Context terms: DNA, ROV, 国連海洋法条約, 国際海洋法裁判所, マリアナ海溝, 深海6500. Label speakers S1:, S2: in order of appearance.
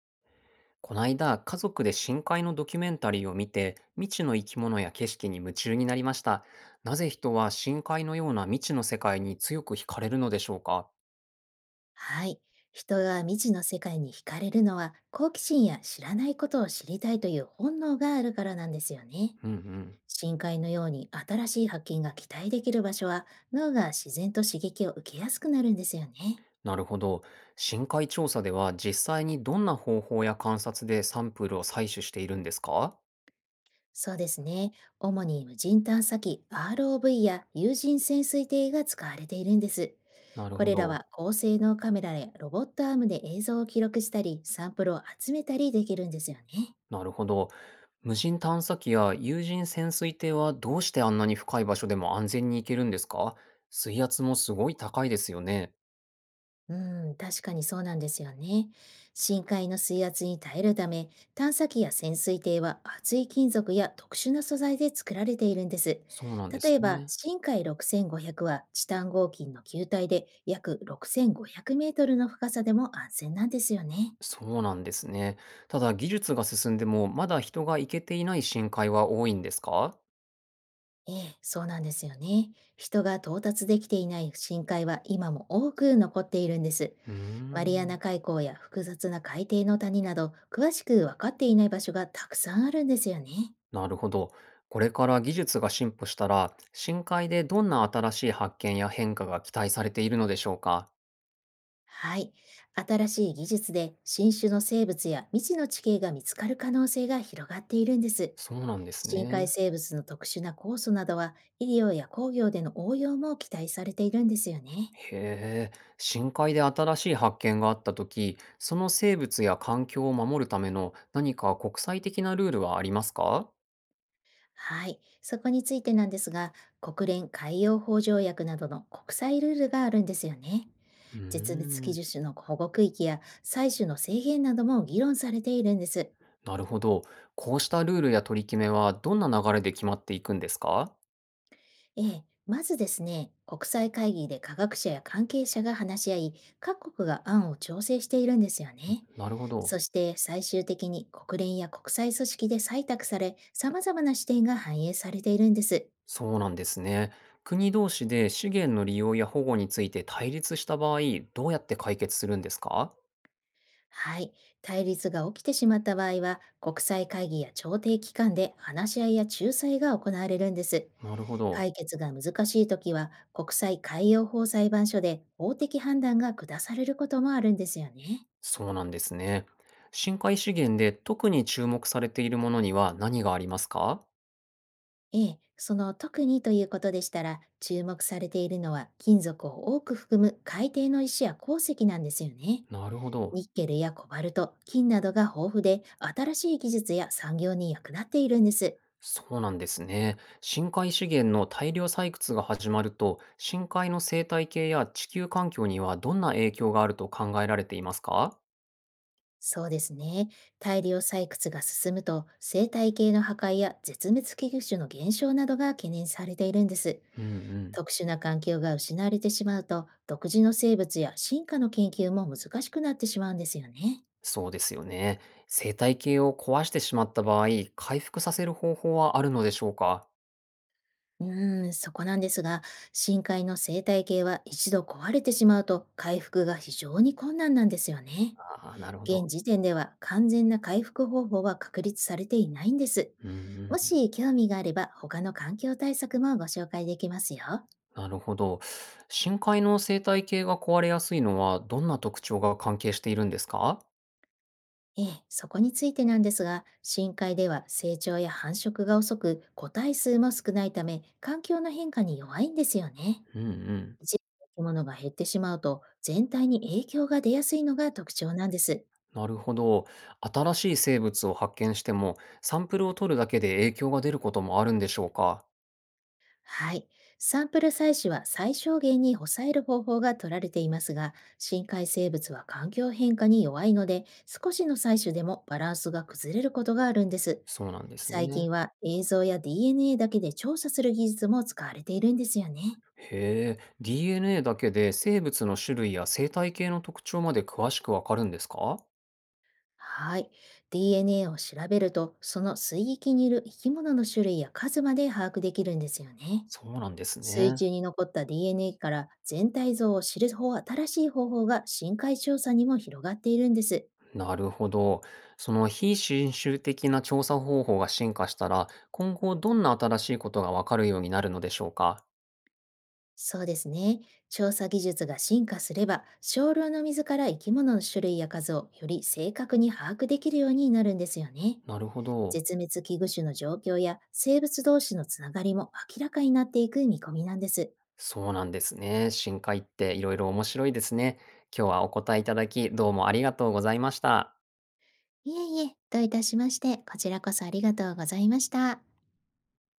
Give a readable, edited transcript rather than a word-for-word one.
S1: こないだ、家族で深海のドキュメンタリーを見て、未知の生き物や景色に夢中になりました。なぜ人は深海のような未知の世界に強く惹かれるのでしょうか？
S2: はい。人が未知の世界に惹かれるのは好奇心や知らないことを知りたいという本能があるからなんですよね。
S1: うんうん。
S2: 深海のように新しい発見が期待できる場所は脳が自然と刺激を受けやすくなるんですよね。
S1: なるほど。深海調査では実際にどんな方法や観察でサンプルを採取しているんですか？
S2: そうですね。主に無人探査機 ROV や有人潜水艇が使われているんです。
S1: なる
S2: こ
S1: ほ
S2: れら
S1: ど。
S2: は高性能カメラやロボットアームで映像を記録したり、サンプルを集めたりできるんですよね。
S1: なるほど。無人探査機や有人潜水艇はどうしてあんなに深い場所でも安全に行けるんですか？水圧もすごい高いですよね。
S2: うん、確かにそうなんですよね。深海の水圧に耐えるため、探査機や潜水艇は厚い金属や特殊な素材で作られているんです。
S1: そうなんです
S2: 例えば、
S1: ね。
S2: 深海6500はチタン合金の球体で、約6500メートルの深さでも安全なんですよね。
S1: そうなんですね。ただ技術が進んでも、まだ人が行けていない深海は多いんですか？
S2: ええ、そうなんですよね。人が到達できていない深海は今も多く残っているんです。
S1: うー
S2: マリア
S1: ん。
S2: ナ海溝や複雑な海底の谷など、詳しく分かっていない場所がたくさんあるんですよね。
S1: なるほど。これから技術が進歩したら、深海でどんな新しい発見や変化が期待されているのでしょうか？
S2: はい。新しい技術で新種の生物や未知の地形が見つかる可能性が広がっているんです。
S1: そうなんです
S2: 深海
S1: ね。
S2: 生物の特殊な酵素などは、医療や工業での応用も期待されているんですよね。
S1: へえ。深海で新しい発見があったとき、その生物や環境を守るための何か国際的なルールはありますか？
S2: はい、そこについてなんですが、国連海洋法条約などの国際ルールがあるんですよね。
S1: う
S2: 絶滅
S1: ー
S2: 危
S1: ん。
S2: 惧種の保護区域や採取の制限なども議論されているんです。
S1: なるほど。こうしたルールや取り決めはどんな流れで決まっていくんですか？
S2: ええ、まずですね、国際会議で科学者や関係者が話し合い、各国が案を調整しているんですよね。
S1: なるほど。
S2: そして最終的に国連や国際組織で採択され、様々な視点が反映されているんです。
S1: そうなんですね。国同士で資源の利用や保護について対立した場合、どうやって解決するんですか？
S2: はい。対立が起きてしまった場合は、国際会議や調停機関で話し合いや仲裁が行われるんです。
S1: なるほど。
S2: 解決が難しいときは、国際海洋法裁判所で法的判断が下されることもあるんですよね。
S1: そうなんですね。深海資源で特に注目されているものには何がありますか？
S2: ええ、その特にということでしたら、注目されているのは金属を多く含む海底の石や鉱石なんですよね。
S1: なるほど。
S2: ニッケルやコバルト、金などが豊富で、新しい技術や産業に役立っているんです。
S1: そうなんですね。深海資源の大量採掘が始まると、深海の生態系や地球環境にはどんな影響があると考えられていますか？
S2: そうですね。大量採掘が進むと、生態系の破壊や絶滅危惧種の減少などが懸念されているんです。
S1: うんうん。
S2: 特殊な環境が失われてしまうと、独自の生物や進化の研究も難しくなってしまうんですよね。
S1: そうですよね。生態系を壊してしまった場合、回復させる方法はあるのでしょうか？
S2: うーん、そこなんですが、深海の生態系は一度壊れてしまうと、回復が非常に困難なんですよね。
S1: ああー、なるほど。
S2: 現時点では完全な回復方法は確立されていないんです。
S1: うん
S2: も
S1: うん。
S2: し興味があれば、他の環境対策もご紹介できますよ。
S1: なるほど。深海の生態系が壊れやすいのは、どんな特徴が関係しているんですか？
S2: ええ、そこについてなんですが、深海では成長や繁殖が遅く、個体数も少ないため、環境の変化に弱いんですよね。
S1: うんうん。
S2: 一部の生き物が減ってしまうと、全体に影響が出やすいのが特徴なんです。
S1: なるほど。新しい生物を発見しても、サンプルを取るだけで影響が出ることもあるんでしょうか？
S2: はい。サンプル採取は最小限に抑える方法が取られていますが、深海生物は環境変化に弱いので、少しの採取でもバランスが崩れることがあるんです。
S1: そうなんです
S2: 最
S1: ね。
S2: 近は映像や DNA だけで調査する技術も使われているんですよね。
S1: へえ、DNA だけで生物の種類や生態系の特徴まで詳しくわかるんですか？
S2: はい。DNA を調べると、その水域にいる生き物の種類や数まで把握できるんですよね。
S1: そうなんです
S2: 水
S1: ね。
S2: 中に残った DNA から全体像を知る新しい方法が深海調査にも広がっているんです。
S1: なるほど。その非侵襲的な調査方法が進化したら、今後どんな新しいことがわかるようになるのでしょうか？
S2: そうですね。調査技術が進化すれば、少量の水から生き物の種類や数をより正確に把握できるようになるんですよね。
S1: なるほど。
S2: 絶滅危惧種の状況や生物同士のつながりも明らかになっていく見込みなんです。
S1: そうなんですね。深海っていろいろ面白いですね。今日はお答えいただき、どうもありがとうございました。
S2: いえいえ、どういたしまして、こちらこそありがとうございました。